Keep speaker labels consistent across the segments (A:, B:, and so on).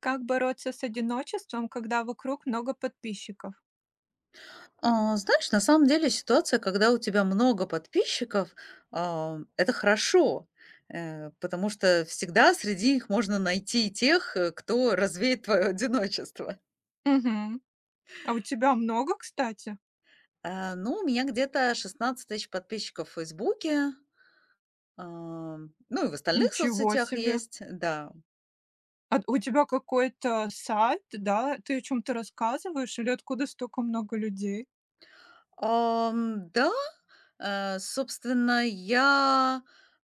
A: Как бороться с одиночеством, когда вокруг много подписчиков?
B: А, знаешь, на самом деле ситуация, когда у тебя много подписчиков, а это хорошо, потому что всегда среди них можно найти тех, кто развеет твое одиночество.
A: Мгм. А у тебя много, кстати?
B: А, ну, у меня где-то 16 000 подписчиков в Фейсбуке, а, ну и в остальных
A: Ничего
B: соцсетях
A: себе!
B: есть, да.
A: А у тебя какой-то сайт, да? Ты о чем то рассказываешь или откуда столько много людей?
B: Да, собственно, я,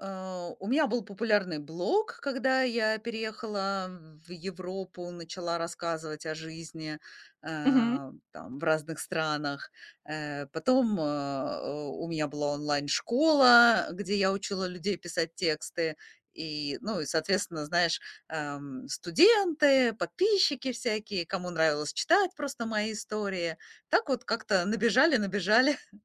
B: у меня был популярный блог, когда я переехала в Европу, начала рассказывать о жизни,
A: Мгм.
B: э, там в разных странах. Потом, у меня была онлайн-школа, где я учила людей писать тексты. И, ну, и, соответственно, знаешь, студенты, подписчики всякие, кому нравилось читать просто мои истории. Так вот как-то набежали, набежали.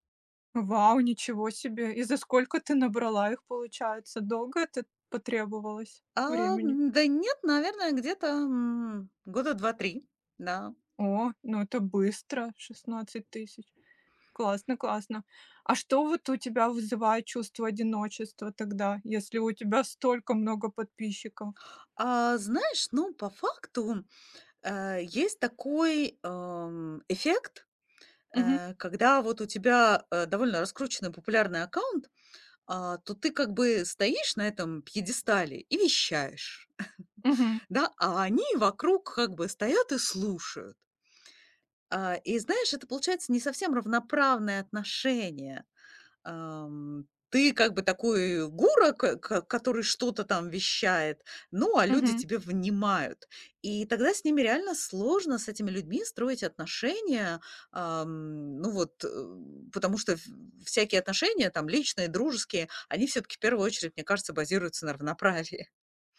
A: Вау, ничего себе! И за сколько ты набрала их, получается? Долго это потребовалось
B: А,
A: времени?
B: да нет, наверное, где-то, года два-три, да.
A: О, ну это быстро, 16 000. Классно, классно. А что вот у тебя вызывает чувство одиночества тогда, если у тебя столько много подписчиков?
B: А, знаешь, ну, по факту, есть такой, эффект,
A: Мгм,
B: когда вот у тебя, довольно раскрученный популярный аккаунт, а, то ты как бы стоишь на этом пьедестале и вещаешь,
A: мгм,
B: да, а они вокруг как бы стоят и слушают. А, и знаешь, это получается не совсем равноправное отношение. Ам, Ты как бы такой гуру, ко ко который что-то там вещает, ну, а люди
A: мгм,
B: тебе внимают. И тогда с ними реально сложно, с этими людьми, строить отношения. Ну вот, потому что в всякие отношения, там, личные, дружеские, они все таки в первую очередь, мне кажется, базируются на равноправии.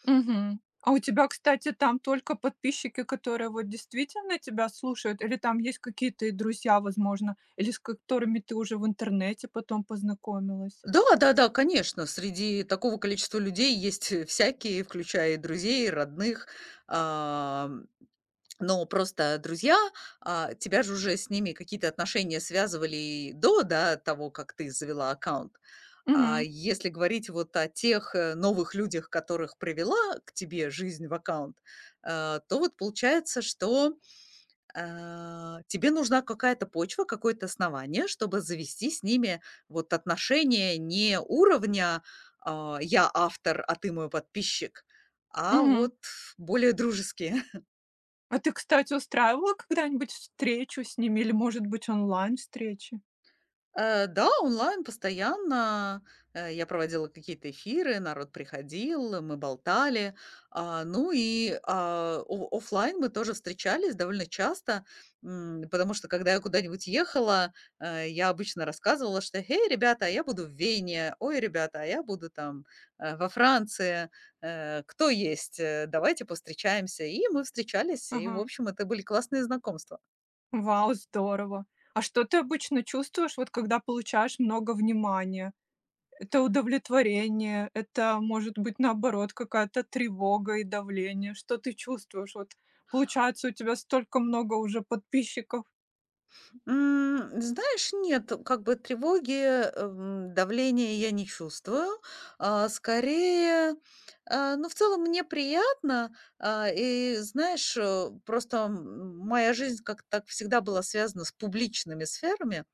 A: мгм. А у тебя, кстати, там только подписчики, которые вот действительно тебя слушают, или там есть какие-то и друзья, возможно, или с которыми ты уже в интернете потом познакомилась?
B: Да-да-да, конечно, среди такого количества людей есть всякие, включая и друзей, и родных. Но просто друзья, а, тебя же уже с ними какие-то отношения связывали и до, да, того, как ты завела аккаунт. А
A: Мгм,
B: если говорить вот о тех новых людях, которых привела к тебе жизнь в аккаунт, то вот получается, что а, тебе нужна какая-то почва, какое-то основание, чтобы завести с ними вот отношения не уровня а, «я автор, а ты мой подписчик», а
A: мгм.
B: вот более дружеские.
A: А ты, кстати, устраивала когда-нибудь встречу с ними или, может быть, онлайн-встречи?
B: Да, онлайн постоянно, я проводила какие-то эфиры, народ приходил, мы болтали. А, ну и, а, о оффлайн мы тоже встречались довольно часто, потому что, когда я куда-нибудь ехала, я обычно рассказывала, что: эй, ребята, а я буду в Вене, ой, ребята, а я буду там, во Франции, кто есть, давайте повстречаемся". И мы встречались, и, в
A: Ага.
B: общем, это были классные знакомства.
A: Вау, здорово. А что ты обычно чувствуешь, вот когда получаешь много внимания? Это удовлетворение, это может быть наоборот какая-то тревога и давление. Что ты чувствуешь? Вот получается у тебя столько много уже подписчиков.
B: Знаешь, нет, как бы тревоги, давления я не чувствую. А, скорее, а, ну, в целом мне приятно. А, и знаешь, просто, моя жизнь как-то так всегда была связана с публичными сферами,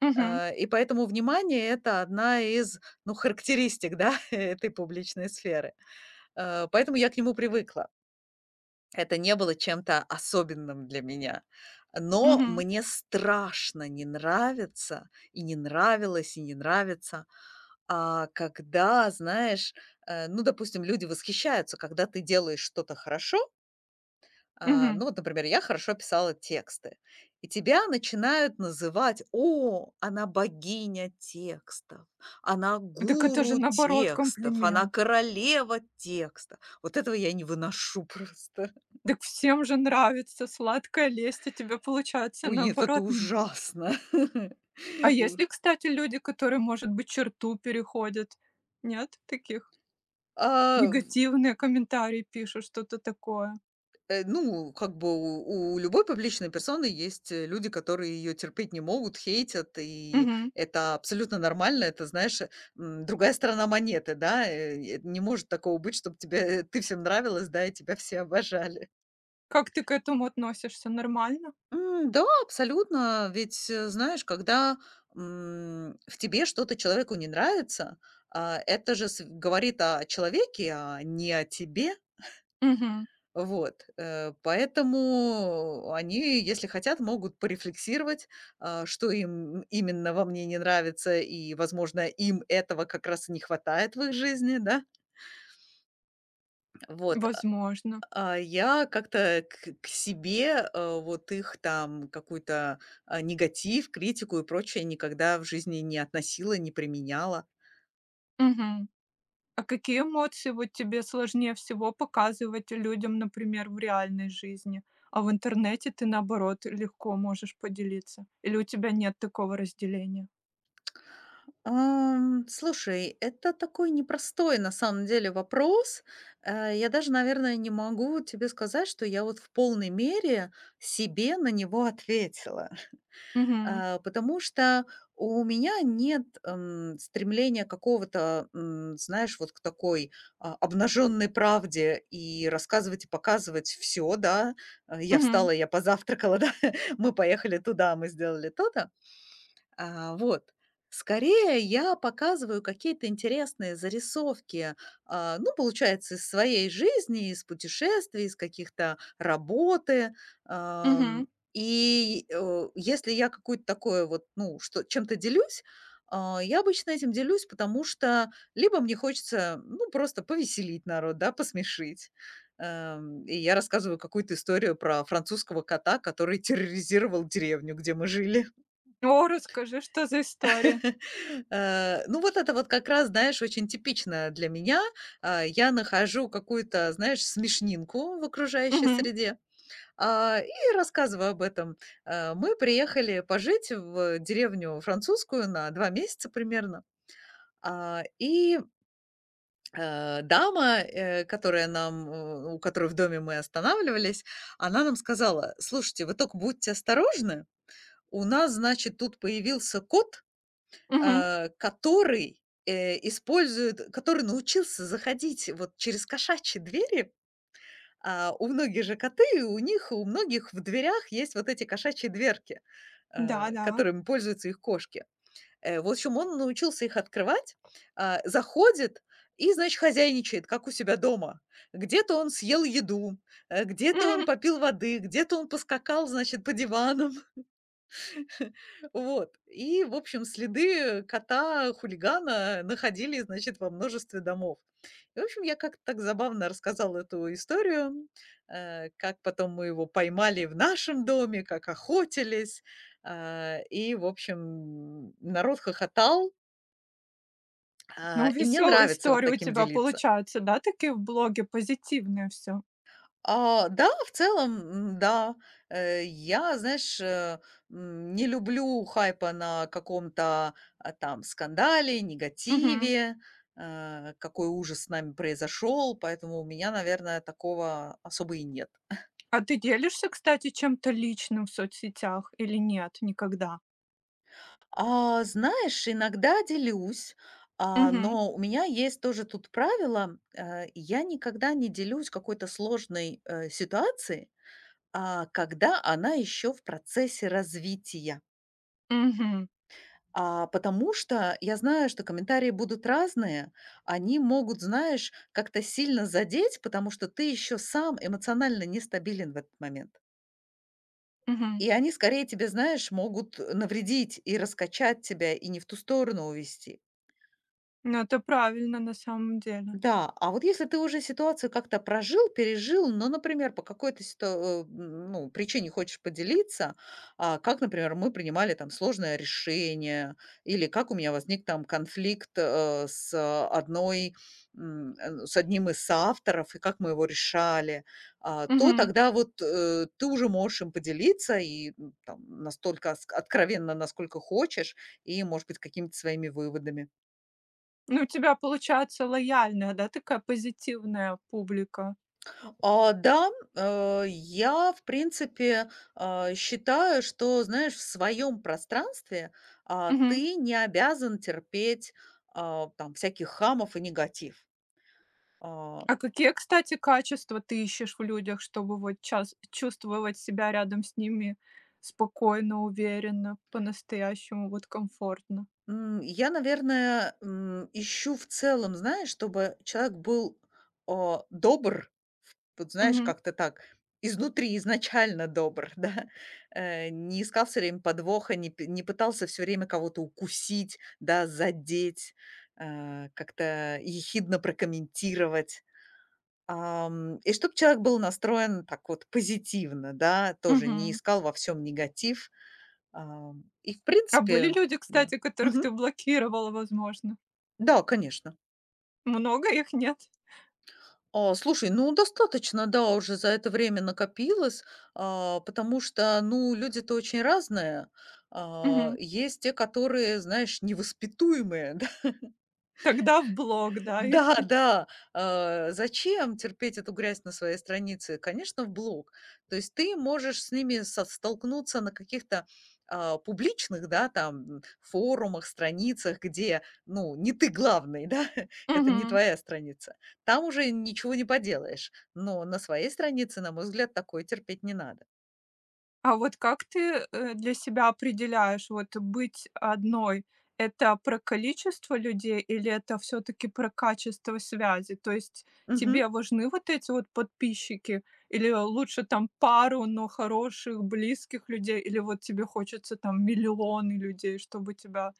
A: Мгм,
B: а, и поэтому внимание — это одна из, ну, характеристик, да, этой публичной сферы. Поэтому я к нему привыкла. Это не было чем-то особенным для меня. Но
A: мгм,
B: мне страшно не нравится, и не нравилось, и не нравится. А когда, знаешь, ну, допустим, люди восхищаются, когда ты делаешь что-то хорошо. А,
A: мгм.
B: ну, вот, например, я хорошо писала тексты. И тебя начинают называть: о, она богиня текстов, она
A: Так это же
B: гуру
A: наоборот
B: текстов, она
A: комплимент.
B: королева текста. Вот этого я не выношу просто.
A: Так всем же нравится сладкая лесть, а тебе получается
B: Ой, нет, это
A: наоборот не нравится.
B: ужасно.
A: А
B: У
A: есть ли, кстати, люди, которые, может быть, черту переходят? Нет таких?
B: а, в
A: Негативные комментарии пишут, что-то такое.
B: э, Ну, как бы у любой публичной персоны есть, люди, которые ее терпеть не могут, хейтят, и
A: Мгм.
B: это абсолютно нормально. Это, знаешь, другая сторона монеты, да. Не может такого быть, чтобы тебе ты всем нравилась, да, и тебя все обожали.
A: Как ты к этому относишься? Нормально?
B: Да, абсолютно. Ведь, знаешь, когда, в тебе что-то человеку не нравится, а, это же св говорит о человеке, а не о тебе.
A: Мгм.
B: Вот, поэтому они, если хотят, могут порефлексировать, а, что им именно во мне не нравится, и, возможно, им этого как раз и не хватает в их жизни, да. Вот, а
A: Возможно.
B: а я как-то к себе, вот их там какую-то, а, негатив, критику и прочее никогда в жизни не относила, не применяла.
A: Мгм. А какие эмоции вот тебе сложнее всего показывать людям, например, в реальной жизни? А в интернете ты, наоборот, легко можешь поделиться? Или у тебя нет такого разделения?
B: Слушай, это такой непростой на самом деле вопрос. Я даже, наверное, не могу тебе сказать, что я вот в полной мере себе на него ответила.
A: Мгм.
B: А, потому что у меня нет, стремления какого-то, знаешь, вот к такой, а, обнаженной правде и рассказывать и показывать все, да. Я
A: Мгм.
B: встала, я позавтракала, да, мы поехали туда, мы сделали то-то. А, вот. Скорее я показываю какие-то интересные зарисовки, а, ну, получается, из своей жизни, из путешествий, из каких-то работы.
A: Мгм.
B: Ам, и если я какую-то такое вот, ну, что чем-то делюсь, а, я обычно этим делюсь, потому что либо мне хочется, ну, просто повеселить народ, да, посмешить. И я рассказываю какую-то историю про французского кота, который терроризировал деревню, где мы жили.
A: О, расскажи, что за история?
B: Ну, вот это вот как раз, знаешь, очень типично для меня. А, я нахожу какую-то, знаешь, смешнинку в окружающей
A: Мгм.
B: среде, а, и рассказываю об этом. Мы приехали пожить в деревню французскую на 2 месяца примерно. А, и, дама, которая нам, у которой в доме мы останавливались, она нам сказала: "Слушайте, вы только будьте осторожны. У нас, значит, тут появился кот",
A: Мгм.
B: который, э, использует который научился заходить вот через кошачьи двери. А, у многих же коты, у них, у многих в дверях есть вот эти кошачьи дверки,
A: Да, да.
B: которыми пользуются их кошки. В общем, он научился их открывать, а, заходит и, значит, хозяйничает, как у себя дома. Где-то он съел еду, где-то он попил воды, где-то он поскакал, значит, по дивану. Вот. И, в общем, следы кота-хулигана находили, значит, во множестве домов. И, в общем, я как-то так забавно рассказала эту историю, как потом мы его поймали в нашем доме, как охотились. И, в общем, народ хохотал.
A: Ну,
B: И мне
A: веселая
B: нравится вот
A: история у
B: таким
A: тебя
B: делиться.
A: получается, да, такие в блоге, позитивное все.
B: А, да, в целом, да. Я, знаешь, не люблю хайпа на каком-то, а, там скандале,
A: Мгм.
B: негативе, какой ужас с нами произошел, поэтому у меня, наверное, такого особо и нет.
A: А ты делишься, кстати, чем-то личным в соцсетях или нет никогда?
B: А, знаешь, иногда делюсь, а,
A: Мгм,
B: но у меня есть тоже тут правило, я никогда не делюсь какой-то сложной, ситуацией, а, когда она еще в процессе развития.
A: мгм,
B: А, потому что я знаю, что комментарии будут разные. Они могут, знаешь, как-то сильно задеть, потому что ты еще сам эмоционально нестабилен в этот момент.
A: мгм.
B: И они скорее тебе, знаешь, могут навредить и раскачать тебя, и не в ту сторону увести.
A: Ну, это правильно на самом деле.
B: Да, а вот если ты уже ситуацию как-то прожил, пережил, но, например, по какой-то ну, причине хочешь поделиться, а, как, например, мы принимали там сложное решение, или как у меня возник там конфликт, с одной, ну, с одним из соавторов, и как мы его решали, а, то
A: Мгм.
B: тогда вот, ты уже можешь им поделиться и, там, настолько оск откровенно, насколько хочешь, и, может быть, какими-то своими выводами.
A: Ну, у тебя получается лояльная, да, такая позитивная публика.
B: А, да, я, в принципе, а, считаю, что, знаешь, в своем пространстве, а,
A: Мгм.
B: ты не обязан терпеть, а, там, всяких хамов и негатив. А
A: А какие, кстати, качества ты ищешь в людях, чтобы вот час чувствовать себя рядом с ними спокойно, уверенно, по-настоящему вот комфортно?
B: я, наверное, ищу в целом, знаешь, чтобы человек был, а, добр, ф вот знаешь,
A: Мгм,
B: как-то так, изнутри, изначально добр, да. Не искал все время подвоха, не пытался все время кого-то укусить, да, задеть, как-то ехидно прокомментировать. И чтобы человек был настроен так вот позитивно, да, тоже не
A: мгм.
B: искал во всем негатив. И в
A: А были
B: принципе,
A: люди,
B: да.
A: кстати, которых ты
B: Мгм.
A: блокировала, возможно?
B: Да, конечно.
A: Много их, нет?
B: А, слушай, ну достаточно, да, уже за это время накопилось, а, потому что, ну, люди-то очень разные. А,
A: Мгм.
B: есть те, которые, знаешь, невоспитуемые.
A: Тогда в блог, да, их.
B: Да, да, зачем терпеть эту грязь на своей странице? Конечно, в блог. То есть ты можешь с ними со столкнуться на каких-то, а, публичных, да, там, форумах, страницах, где, ну, не ты главный, да, это не
A: Мгм.
B: твоя страница. Там уже ничего не поделаешь. Но на своей странице, на мой взгляд, такое терпеть не надо.
A: А вот как ты, для себя определяешь, вот быть одной — это про количество людей или это все таки про качество связи? То есть
B: Мгм,
A: тебе важны вот эти вот подписчики или лучше там пару, но хороших, близких людей, или вот тебе хочется там миллионы людей, чтобы тебя,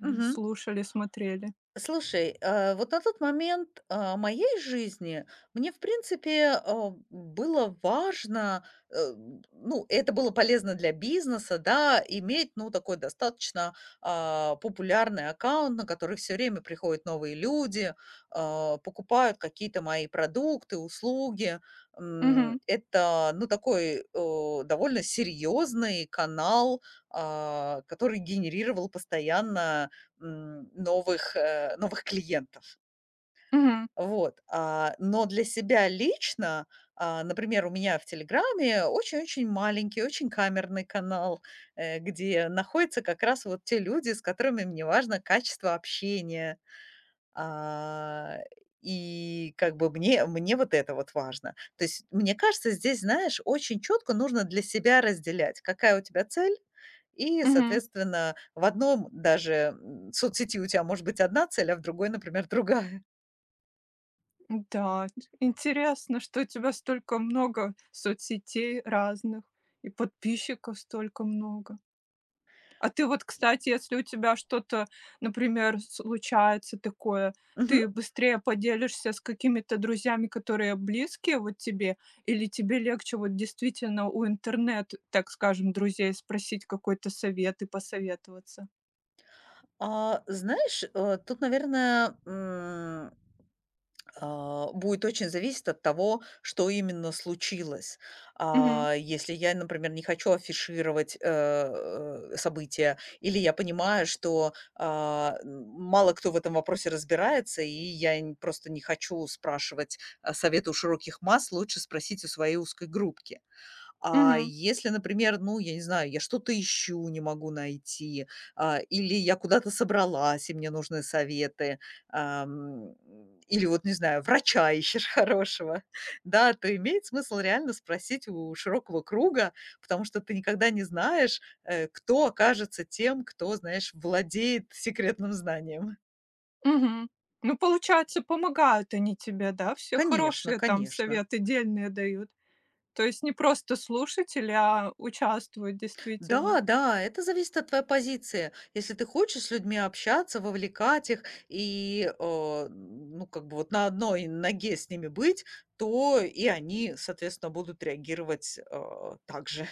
B: мгм.
A: слушали, смотрели?
B: Слушай, вот на тот момент, а, моей жизни мне, в принципе, а, было важно, э, ну, это было полезно для бизнеса, да, иметь, ну, такой достаточно, а, популярный аккаунт, на который все время приходят новые люди, а, покупают какие-то мои продукты, услуги.
A: Мгм.
B: Это, ну, такой, довольно серьезный канал, а, который генерировал постоянно новых клиентов.
A: Мгм.
B: Вот. А, но для себя лично, а, например, у меня в Телеграме очень-очень маленький, очень камерный канал, где находятся как раз вот те люди, с которыми мне важно качество общения, а, и как бы мне вот это вот важно. То есть, мне кажется, здесь, знаешь, очень четко нужно для себя разделять, какая у тебя цель. И,
A: Мгм.
B: соответственно, в одном даже, соцсети у тебя может быть одна цель, а в другой, например, другая.
A: Да, интересно, что у тебя столько много соцсетей разных и подписчиков столько много. А ты вот, кстати, если у тебя что-то, например, случается такое,
B: Мгм.
A: ты быстрее поделишься с какими-то друзьями, которые близкие вот тебе, или тебе легче вот действительно у интернет, так скажем, друзей спросить какой-то совет и посоветоваться?
B: А, знаешь, тут, наверное, а, будет очень зависеть от того, что именно случилось.
A: Мгм.
B: А, если я, например, не хочу афишировать, события, или я понимаю, что, а, мало кто в этом вопросе разбирается, и я н просто не хочу спрашивать, а, совета у широких масс, лучше спросить у своей узкой группки. А
A: Мгм.
B: если, например, ну, я не знаю, я что-то ищу, не могу найти, а, или я куда-то собралась, и мне нужны советы, ам, или вот, не знаю, врача ищешь хорошего, да, то имеет смысл реально спросить у широкого круга, потому что ты никогда не знаешь, кто окажется тем, кто, знаешь, владеет секретным знанием.
A: Мгм. Ну, получается, помогают они тебе, да? Все
B: Конечно,
A: хорошие там
B: конечно.
A: советы дельные дают. То есть не просто слушатели, а участвуют действительно.
B: Да, да, это зависит от твоей позиции. Если ты хочешь с людьми общаться, вовлекать их и, ну, как бы вот на одной ноге с ними быть, то и они, соответственно, будут реагировать, так же.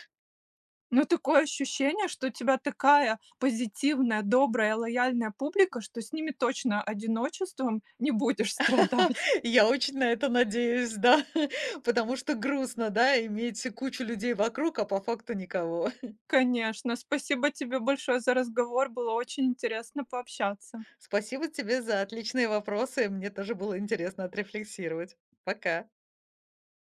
A: Но такое ощущение, что у тебя такая позитивная, добрая, лояльная публика, что с ними точно одиночеством не будешь страдать.
B: Я очень на это надеюсь, да, потому что грустно, да, иметь кучу людей вокруг, а по факту никого.
A: Конечно. Спасибо тебе большое за разговор. Было очень интересно пообщаться.
B: Спасибо тебе за отличные вопросы. Мне тоже было интересно отрефлексировать. Пока.